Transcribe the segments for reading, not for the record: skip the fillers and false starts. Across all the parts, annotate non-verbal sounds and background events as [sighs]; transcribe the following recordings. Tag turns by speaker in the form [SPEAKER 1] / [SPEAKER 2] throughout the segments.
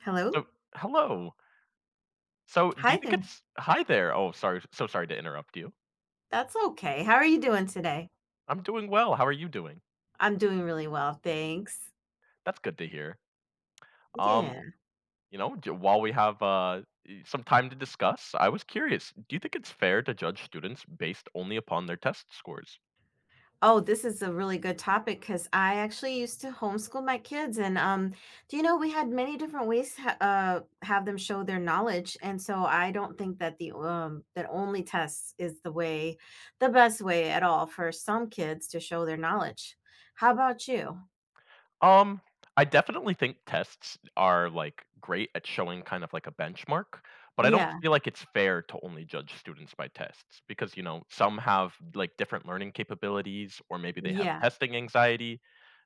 [SPEAKER 1] Hello?
[SPEAKER 2] So hello. So do
[SPEAKER 1] Hi
[SPEAKER 2] you think
[SPEAKER 1] there.
[SPEAKER 2] it's hi there. Oh, sorry. So sorry to interrupt you.
[SPEAKER 1] That's okay. How are you doing today?
[SPEAKER 2] I'm doing well. How are you doing?
[SPEAKER 1] I'm doing really well, thanks.
[SPEAKER 2] That's good to hear.
[SPEAKER 1] Yeah.
[SPEAKER 2] Um, you know, j- while we have y- some time to discuss, I was curious. Do you think it's fair to judge students based only upon their test scores?
[SPEAKER 1] Oh, this is a really good topic because I actually used to homeschool my kids, and do you know we had many different ways to have them show their knowledge, and so I don't think that the that only tests is the way, the best way at all for some kids to show their knowledge. How about you?
[SPEAKER 2] Um, I definitely think tests are, like, great at showing kind of like a benchmark, but I don't
[SPEAKER 1] Yeah,
[SPEAKER 2] feel like it's fair to only judge students by tests because, you know, some have, like, different learning capabilities or maybe they have
[SPEAKER 1] yeah,
[SPEAKER 2] testing anxiety.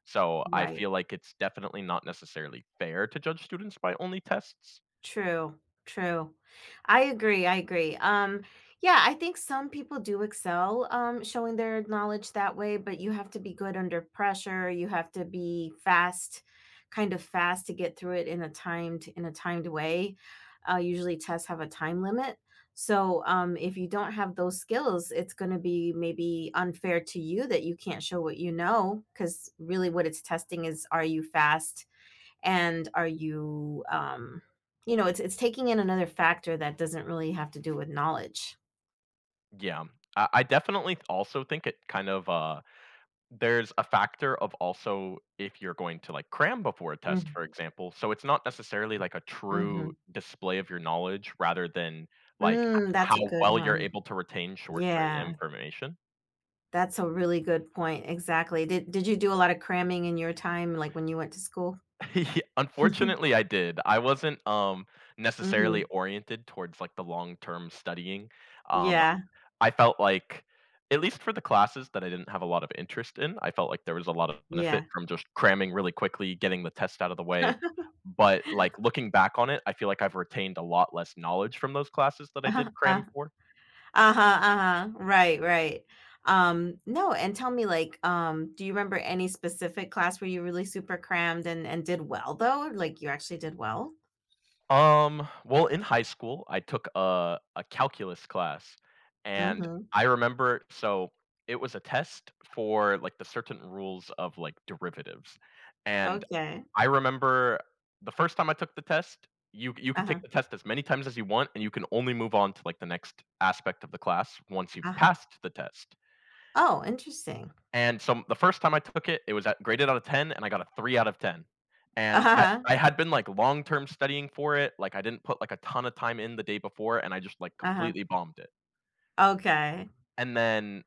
[SPEAKER 2] So, I
[SPEAKER 1] right.
[SPEAKER 2] feel like it's definitely not necessarily fair to judge students by only tests.
[SPEAKER 1] True, true. I agree, I agree. Yeah, I think some people do excel showing their knowledge that way, but you have to be good under pressure. You have to be fast, kind of fast to get through it in a timed way. Usually tests have a time limit. So if you don't have those skills, it's gonna be maybe unfair to you that you can't show what you know, because really what it's testing is, are you fast? And are you, you know it's taking in another factor that doesn't really have to do with knowledge.
[SPEAKER 2] Yeah. I definitely also think it kind of, there's a factor of also if you're going to, like, cram before a test, for
[SPEAKER 1] Mm,
[SPEAKER 2] example, so it's not necessarily, like, a true
[SPEAKER 1] mhm.
[SPEAKER 2] display of your knowledge rather than, like, h
[SPEAKER 1] Mm, that's
[SPEAKER 2] how
[SPEAKER 1] a good
[SPEAKER 2] well you're
[SPEAKER 1] one.
[SPEAKER 2] able to retain short-term
[SPEAKER 1] Yeah,
[SPEAKER 2] information.
[SPEAKER 1] that's a really good point, exactly. Did you do a lot of cramming in your time, like when you went to school?
[SPEAKER 2] [laughs] Ye
[SPEAKER 1] [laughs]
[SPEAKER 2] Unfortunately, I did. I wasn't, necessarily
[SPEAKER 1] Hmm.
[SPEAKER 2] oriented towards, like, the long-term studying. Um,
[SPEAKER 1] Yeah,
[SPEAKER 2] I felt like, at least for the classes that I didn't have a lot of interest in, I felt like there was a lot of
[SPEAKER 1] yeah.
[SPEAKER 2] benefit from just cramming really quickly, getting the test out of the way.
[SPEAKER 1] [laughs]
[SPEAKER 2] But like looking back on it, I feel like I've retained a lot less knowledge from those classes that I
[SPEAKER 1] Uh-huh,
[SPEAKER 2] did cram for.
[SPEAKER 1] uh-huh, uh-huh, right, right. No, and tell me, like, do you remember any specific class where you really super crammed and did well, though, like you actually did well?
[SPEAKER 2] Well, in high school, I took a calculus class, and
[SPEAKER 1] Mm-hmm.
[SPEAKER 2] I remember so it was a test for like the certain rules of like derivatives. And
[SPEAKER 1] Okay.
[SPEAKER 2] I remember the first time I took the test, you could
[SPEAKER 1] Uh-huh,
[SPEAKER 2] take the test as many times as you want, and you can only move on to like the next aspect of the class once you've
[SPEAKER 1] uh-huh.
[SPEAKER 2] passed the test.
[SPEAKER 1] Oh, interesting.
[SPEAKER 2] And so the first time I took it, it was at, graded out of 10, and I got a three out of 10. And I,
[SPEAKER 1] Uh-huh,
[SPEAKER 2] I had been like long term studying for it. Like I didn't put like a ton of time in the day before, and I just like
[SPEAKER 1] uh-huh.
[SPEAKER 2] completely bombed it.
[SPEAKER 1] Okay.
[SPEAKER 2] And then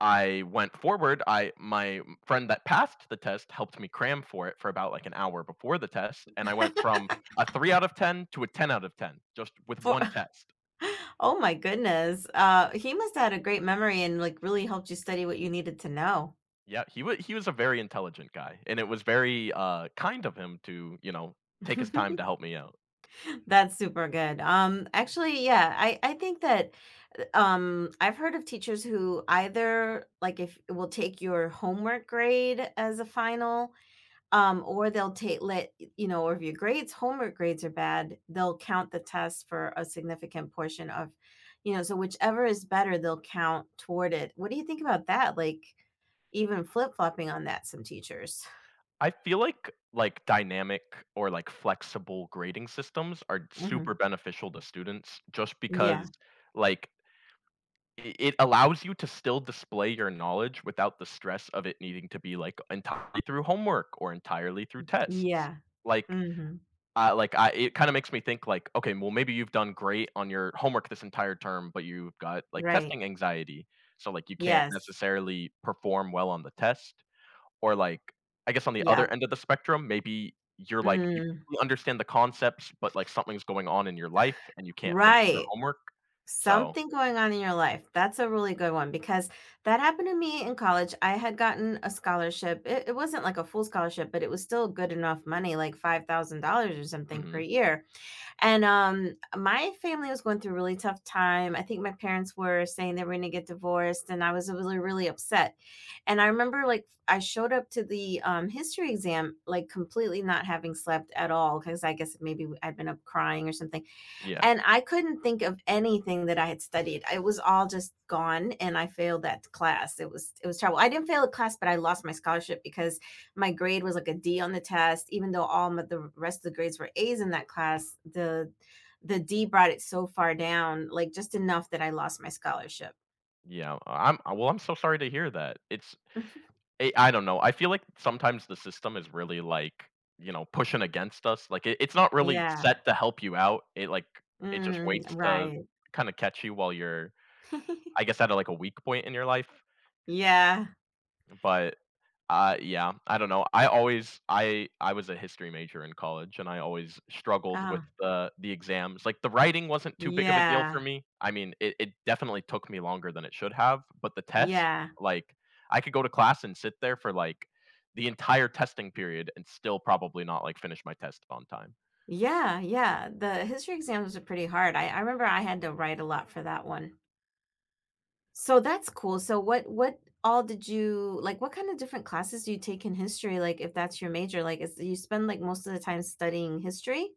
[SPEAKER 2] I went forward, I my friend that passed the test helped me cram for it for about, like, an hour before the test, and I went from a 3 out of 10 to a 10 out of 10 just with
[SPEAKER 1] For
[SPEAKER 2] 1
[SPEAKER 1] [laughs]
[SPEAKER 2] test.
[SPEAKER 1] oh my goodness. He must have had a great memory and, like, really helped you study what you needed to know.
[SPEAKER 2] Yeah, he was a very intelligent guy, and it was very, kind of him to, you know, take his time to
[SPEAKER 1] [laughs]
[SPEAKER 2] help me out.
[SPEAKER 1] That's super good. Actually, yeah, I think that, I've heard of teachers who either, like, if will take your homework grade as a final. Or they'll take let you know, or if your homework grades are bad, they'll count the test for a significant portion of, so whichever is better, they'll count toward it. What do you think about that? Like, even flip-flopping on that, some teachers.
[SPEAKER 2] I feel like dynamic or, like, flexible grading systems are super
[SPEAKER 1] Mhm.
[SPEAKER 2] beneficial to students just
[SPEAKER 1] Yeah.
[SPEAKER 2] because, like I it allows you to still display your knowledge without the stress of it needing to be, like, entirely through homework or entirely through tests.
[SPEAKER 1] Yeah.
[SPEAKER 2] Like,
[SPEAKER 1] Mhm.
[SPEAKER 2] like, I it kinda makes me think, like, "Okay, well, maybe you've done great on your homework this entire term, but you've got, like,
[SPEAKER 1] Right.
[SPEAKER 2] testing anxiety, so, like, you can't
[SPEAKER 1] Yes.
[SPEAKER 2] necessarily perform well on the test." Or, like, I guess on the other
[SPEAKER 1] Yep.
[SPEAKER 2] end of the spectrum, maybe you're, you
[SPEAKER 1] Mm.
[SPEAKER 2] really understand the concepts, but, like, something's going on in your life and you can't finish your
[SPEAKER 1] Right.
[SPEAKER 2] homework. So
[SPEAKER 1] Something going on in your life. That's a really good one because that happened to me in college. I had gotten a scholarship. It wasn't like a full scholarship, but it was still good enough money, like $5,000 or something per
[SPEAKER 2] Mhm,
[SPEAKER 1] year. And my family was going through a really tough time. I think my parents were saying they were going to get divorced, and I was really, really upset. And I remember, like, I showed up to the history exam, like completely not having slept at all because I guess maybe I'd been up crying or something,
[SPEAKER 2] yeah.
[SPEAKER 1] and I couldn't think of anything that I had studied. It was all just gone, and I failed that class. It was, it was terrible. I didn't fail a class, but I lost my scholarship because my grade was like a D on the test, even though the rest of the grades were A's in that class. The D brought it so far down, like just enough that I lost my scholarship.
[SPEAKER 2] Yeah, I'm well, I'm so sorry to hear that. It's
[SPEAKER 1] [laughs]
[SPEAKER 2] I don't know. I feel like sometimes the system is really like, you know, pushing against us. Like it's not really
[SPEAKER 1] Yeah.
[SPEAKER 2] set to help you out. It like it just
[SPEAKER 1] Mm,
[SPEAKER 2] waits to
[SPEAKER 1] right.
[SPEAKER 2] kind of catch you while you're I
[SPEAKER 1] [laughs]
[SPEAKER 2] guess at a, like a weak point in your life.
[SPEAKER 1] Yeah.
[SPEAKER 2] But yeah, I don't know. I always I was a history major in college, and I always struggled with
[SPEAKER 1] Oh,
[SPEAKER 2] the exams. Like, the writing wasn't too big of a deal for
[SPEAKER 1] yeah.
[SPEAKER 2] me. I mean, it definitely took me longer than it should have, but the test,
[SPEAKER 1] Yeah.
[SPEAKER 2] like, I could go to class and sit there for, like, the entire testing period and still probably not, like, finish my test on time.
[SPEAKER 1] Yeah, yeah. The history exams are pretty hard. I remember I had to write a lot for that one. So that's cool. So what all did you like, what kind of different classes do you take in history? Like, if that's your major, like, is you spend like most of the time studying history?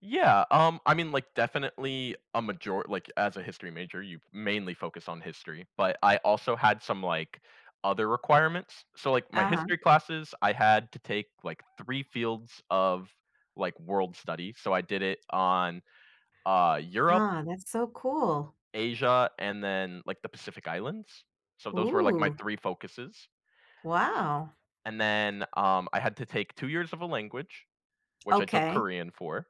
[SPEAKER 2] Yeah, I mean, like, definitely as a history major, you mainly focus on history, but I also had some, like, other requirements. So, like, my
[SPEAKER 1] Uh-huh.
[SPEAKER 2] history classes, I had to take, like, 3 fields of, like, world study. So I did it on, Europe,
[SPEAKER 1] Ah, that's so cool.
[SPEAKER 2] Asia, and then, like, the Pacific Islands. So those were, like, my
[SPEAKER 1] Ooh,
[SPEAKER 2] 3 focuses.
[SPEAKER 1] wow.
[SPEAKER 2] And then, I had to take 2 years of a language, which I took
[SPEAKER 1] Okay.
[SPEAKER 2] Korean for.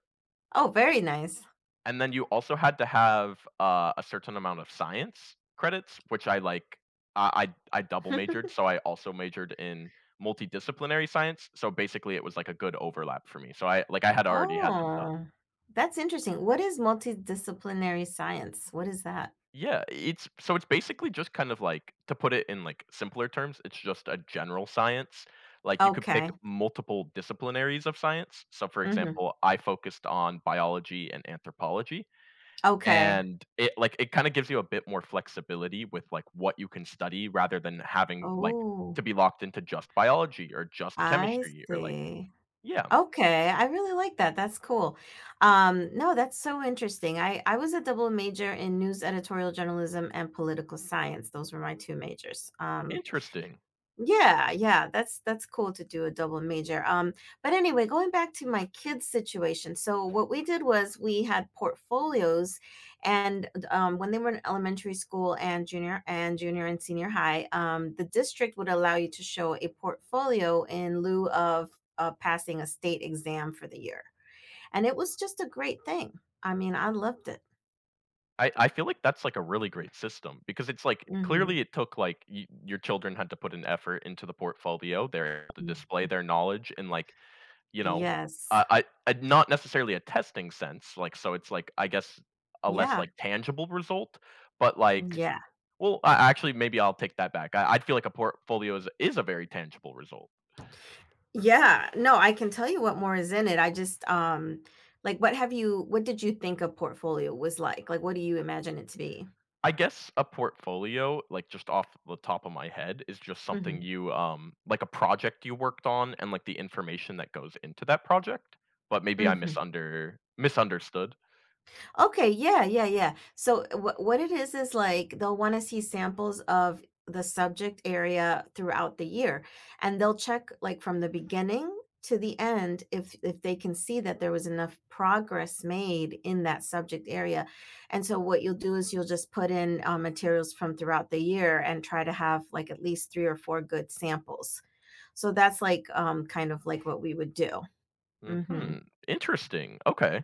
[SPEAKER 1] Oh, very nice. [laughs]
[SPEAKER 2] And then you also had to have a certain amount of science credits, which I like. I, I double majored, so I also majored in multidisciplinary science. So basically, it was like a good overlap for me. So I had already had them done.
[SPEAKER 1] Oh, that's interesting. What is multidisciplinary science? What is that?
[SPEAKER 2] Yeah, it's basically just kind of like to put it in like simpler terms, it's just a general science. Like you could pick
[SPEAKER 1] Okay.
[SPEAKER 2] multiple disciplinaries of science. So for
[SPEAKER 1] Hmm.
[SPEAKER 2] example, I focused on biology and anthropology.
[SPEAKER 1] Okay.
[SPEAKER 2] And it, like, it kinda gives you a bit more flexibility with, like, what you can study rather than having, like,
[SPEAKER 1] Oh.
[SPEAKER 2] to be locked into just biology or just
[SPEAKER 1] I
[SPEAKER 2] chemistry, or like
[SPEAKER 1] see.
[SPEAKER 2] yeah,
[SPEAKER 1] Okay, I really like that. That's cool. No, that's so interesting. I was a double major in news editorial journalism and political science. Those were my two majors.
[SPEAKER 2] interesting.
[SPEAKER 1] Yeah, yeah, that's cool to do a double major. But anyway, going back to my kids' situation. So what we did was we had portfolios, and when they were in elementary school and junior and senior high, the district would allow you to show a portfolio in lieu of passing a state exam for the year, and it was just a great thing. I mean, I loved it.
[SPEAKER 2] I feel like that's, like, a really great system because it's, like,
[SPEAKER 1] Hmm.
[SPEAKER 2] clearly it took, like, y your children had to put an effort into the portfolio. They're able to display their knowledge and, like, you know,
[SPEAKER 1] Yes.
[SPEAKER 2] I not necessarily a testing sense, like, so it's, like, I guess, a less,
[SPEAKER 1] Yeah.
[SPEAKER 2] like, tangible result, but, like,
[SPEAKER 1] Yeah.
[SPEAKER 2] well, I actually, maybe I'll take that back. I feel like a portfolio is a very tangible result.
[SPEAKER 1] Yeah, no, I can tell you what more is in it. I just like, what did you think a portfolio was like? Like, what do you imagine it to be?
[SPEAKER 2] I guess a portfolio, like just off the top of my head, is just something you like a project you worked on and like the information that goes into that project. But maybe I
[SPEAKER 1] Mhm.
[SPEAKER 2] misunderstood.
[SPEAKER 1] Okay, yeah, yeah, yeah. So, what it is like, they'll want to see samples of the subject area throughout the year, and they'll check, like, from the beginning to the end if they can see that there was enough progress made in that subject area. And so what you'll do is you'll just put in materials from throughout the year and try to have like at least three or four good samples. So that's like kind of like what we would do. Hmm.
[SPEAKER 2] Hmm. Interesting. Okay.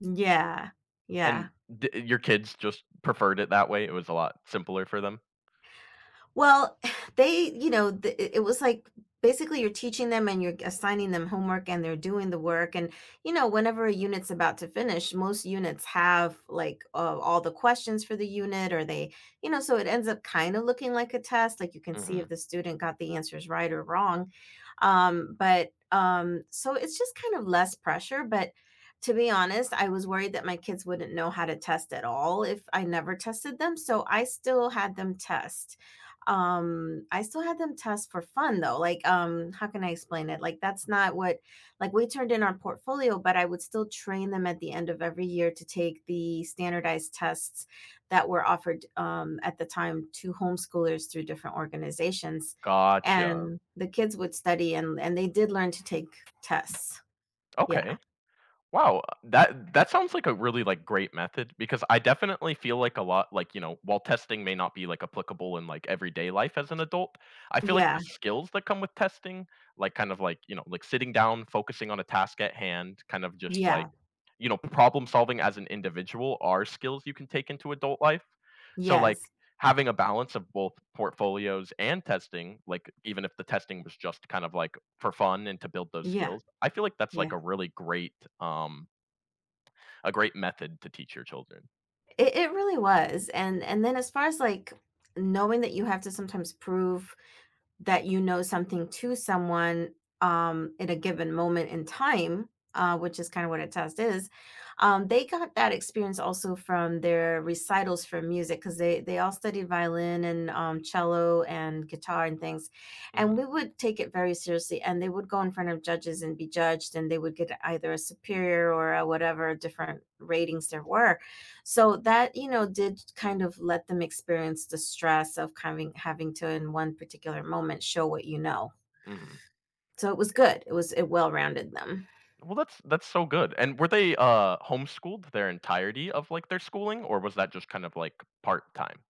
[SPEAKER 1] Yeah. Yeah.
[SPEAKER 2] And your kids just preferred it that way. It was a lot simpler for them.
[SPEAKER 1] Well, [sighs] they, it was like, basically you're teaching them and you're assigning them homework and they're doing the work. And, you know, whenever a unit's about to finish, most units have like all the questions for the unit, or they, so it ends up kind of looking like a test. Like, you can see if
[SPEAKER 2] Hmm.
[SPEAKER 1] the student got the answers right or wrong. But so it's just kind of less pressure. But to be honest, I was worried that my kids wouldn't know how to test at all if I never tested them. So I still had them test. I still had them test for fun though. Like, how can I explain it? Like, that's not what, like, we turned in our portfolio, but I would still train them at the end of every year to take the standardized tests that were offered at the time to homeschoolers through different organizations,
[SPEAKER 2] Gotcha.
[SPEAKER 1] and the kids would study and they did learn to take tests. Yeah.
[SPEAKER 2] Okay. Wow, that sounds like a really, like, great method because I definitely feel like a lot like, you know, while testing may not be, like, applicable in, like, everyday life as an adult, I feel like the
[SPEAKER 1] Yeah.
[SPEAKER 2] skills that come with testing, like, kind of like, you know, like, sitting down, focusing on a task at hand, kind of just, like,
[SPEAKER 1] Yeah.
[SPEAKER 2] you know, problem solving as an individual are skills you can take into adult life. So, like
[SPEAKER 1] Yes.
[SPEAKER 2] having a balance of both portfolios and testing, like even if the testing was just kind of like for fun and to build those
[SPEAKER 1] Yeah.
[SPEAKER 2] skills, I feel like that's like
[SPEAKER 1] Yeah.
[SPEAKER 2] a really great um a great method to teach your children.
[SPEAKER 1] It really was, and then as far as, like, knowing that you have to sometimes prove that you know something to someone, at a given moment in time, which is kind of what a test is, they got that experience also from their recitals for music because they all studied violin and, cello and guitar and things, and
[SPEAKER 2] Hmm,
[SPEAKER 1] we would take it very seriously. And they would go in front of judges and be judged, and they would get either a superior or a whatever different ratings there were, so that, you know, did kind of let them experience the stress of having to, in one particular moment, show what you know.
[SPEAKER 2] hmm.
[SPEAKER 1] So it was good. It was, it well-rounded them.
[SPEAKER 2] Well, that's so good. And were they homeschooled their entirety of like their schooling, or was that just kind of like part time?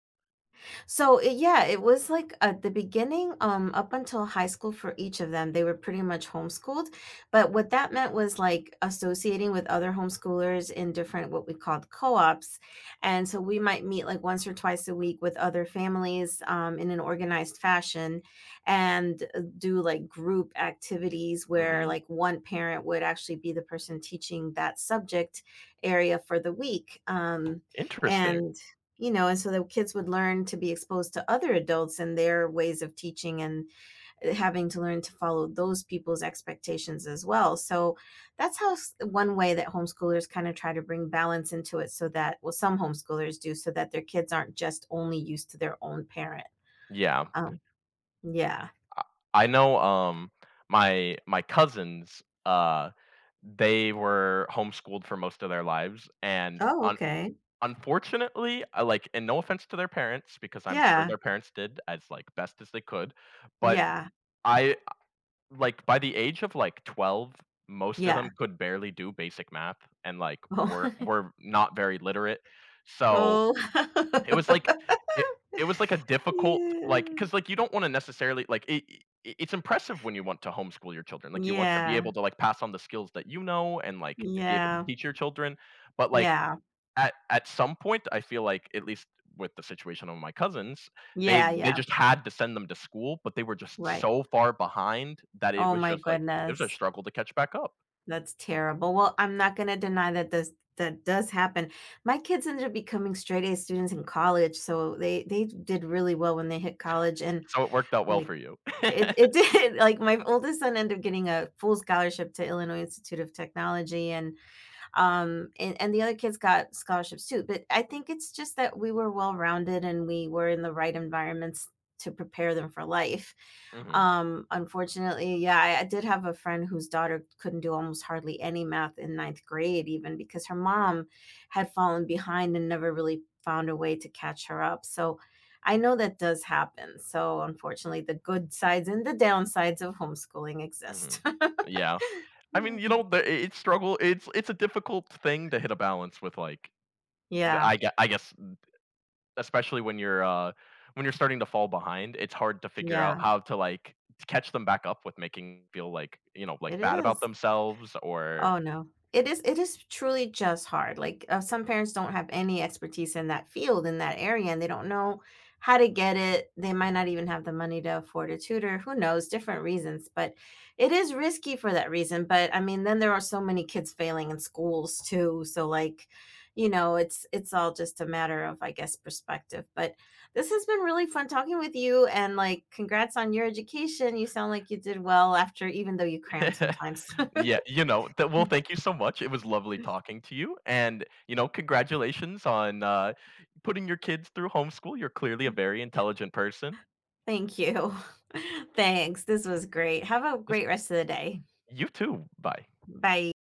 [SPEAKER 1] So, it yeah, it was like at the beginning, up until high school for each of them, they were pretty much homeschooled. But what that meant was like associating with other homeschoolers in different what we called co-ops. And so we might meet like once or twice a week with other families, in an organized fashion, and do like group activities where,
[SPEAKER 2] Hmm.
[SPEAKER 1] like, one parent would actually be the person teaching that subject area for the week.
[SPEAKER 2] Interesting.
[SPEAKER 1] And, and so the kids would learn to be exposed to other adults and their ways of teaching, and having to learn to follow those people's expectations as well. So that's how one way that homeschoolers kind of try to bring balance into it, so that, well, some homeschoolers do, so that their kids aren't just only used to their own parent.
[SPEAKER 2] Yeah,
[SPEAKER 1] Um, yeah.
[SPEAKER 2] I, I know. My cousins they were homeschooled for most of their lives. And
[SPEAKER 1] Oh, okay.
[SPEAKER 2] unfortunately, I like and no offense to their parents because I'm sure
[SPEAKER 1] Yeah.
[SPEAKER 2] their parents did as, like, best as they could, but
[SPEAKER 1] Yeah.
[SPEAKER 2] I like, by the age of, like, 12, most of them
[SPEAKER 1] Yeah.
[SPEAKER 2] could barely do basic math and, like,
[SPEAKER 1] Oh.
[SPEAKER 2] were not very literate.
[SPEAKER 1] [laughs]
[SPEAKER 2] So,
[SPEAKER 1] Oh.
[SPEAKER 2] it was like
[SPEAKER 1] [laughs]
[SPEAKER 2] it it was, like, a difficult,
[SPEAKER 1] Yeah.
[SPEAKER 2] you don't wanna necessarily like, it's impressive when you want to homeschool your children, like, you want to be
[SPEAKER 1] Yeah.
[SPEAKER 2] able to, like, pass on the skills that you know and, like, be able to
[SPEAKER 1] Yeah.
[SPEAKER 2] teach your children, but, like,
[SPEAKER 1] Yeah.
[SPEAKER 2] at some point, I feel like, at least with the situation of my cousins,
[SPEAKER 1] Yeah.
[SPEAKER 2] they
[SPEAKER 1] Yeah.
[SPEAKER 2] just had to send them to school, but they were just
[SPEAKER 1] Right.
[SPEAKER 2] so far behind that it
[SPEAKER 1] Oh
[SPEAKER 2] was
[SPEAKER 1] my
[SPEAKER 2] just like it was a
[SPEAKER 1] goodness.
[SPEAKER 2] struggle to catch back up.
[SPEAKER 1] That's terrible. Well, I'm not gonna deny that this that does happen. My kids ended up becoming straight A students in college, so they did really well when they hit college, and
[SPEAKER 2] So it worked out well
[SPEAKER 1] like
[SPEAKER 2] for you. [laughs]
[SPEAKER 1] it [laughs] did, like my oldest son ended up getting a full scholarship to Illinois Institute of Technology, and and the other kids got scholarships too, but I think it's just that we were well rounded and we were in the right environments to prepare them for life.
[SPEAKER 2] Mhm,
[SPEAKER 1] Unfortunately, yeah, I did have a friend whose daughter couldn't do almost hardly any math in ninth grade even, because her mom had fallen behind and never really found a way to catch her up. So I know that does happen, so unfortunately the good sides and the downsides of homeschooling exist.
[SPEAKER 2] mhm. Yeah. I mean, you know, the
[SPEAKER 1] [laughs]
[SPEAKER 2] I it's struggle it's a difficult thing to hit a balance with, like, the
[SPEAKER 1] Yeah,
[SPEAKER 2] I gue I guess, especially when you're starting to fall behind, it's hard to figure out
[SPEAKER 1] yeah,
[SPEAKER 2] how to, like, catch them back up with making feel like, you know,
[SPEAKER 1] it
[SPEAKER 2] like, bad about
[SPEAKER 1] is.
[SPEAKER 2] themselves or
[SPEAKER 1] Oh, no. It is, it is truly just hard, like, some parents don't have any expertise in that field, in that area, and they don't know how to get it. They might not even have the money to afford a tutor, who knows, different reasons, but it is risky for that reason. But, I mean, then there are so many kids failing in schools too, so, like, you know, it's all just a matter of, I guess, perspective. But this has been really fun talking with you, and, like, congrats on your education, you sound like you did well after, even though you crammed
[SPEAKER 2] [laughs]
[SPEAKER 1] sometimes.
[SPEAKER 2] yeah, you know, th
[SPEAKER 1] [laughs]
[SPEAKER 2] well, thank you so much. It was lovely talking to you, and, you know, congratulations on, putting your kids through homeschool. You're clearly a very intelligent person.
[SPEAKER 1] Thank you. [laughs] Thanks. This was great. Have a
[SPEAKER 2] This
[SPEAKER 1] great rest of the day.
[SPEAKER 2] You too. Bye.
[SPEAKER 1] Bye.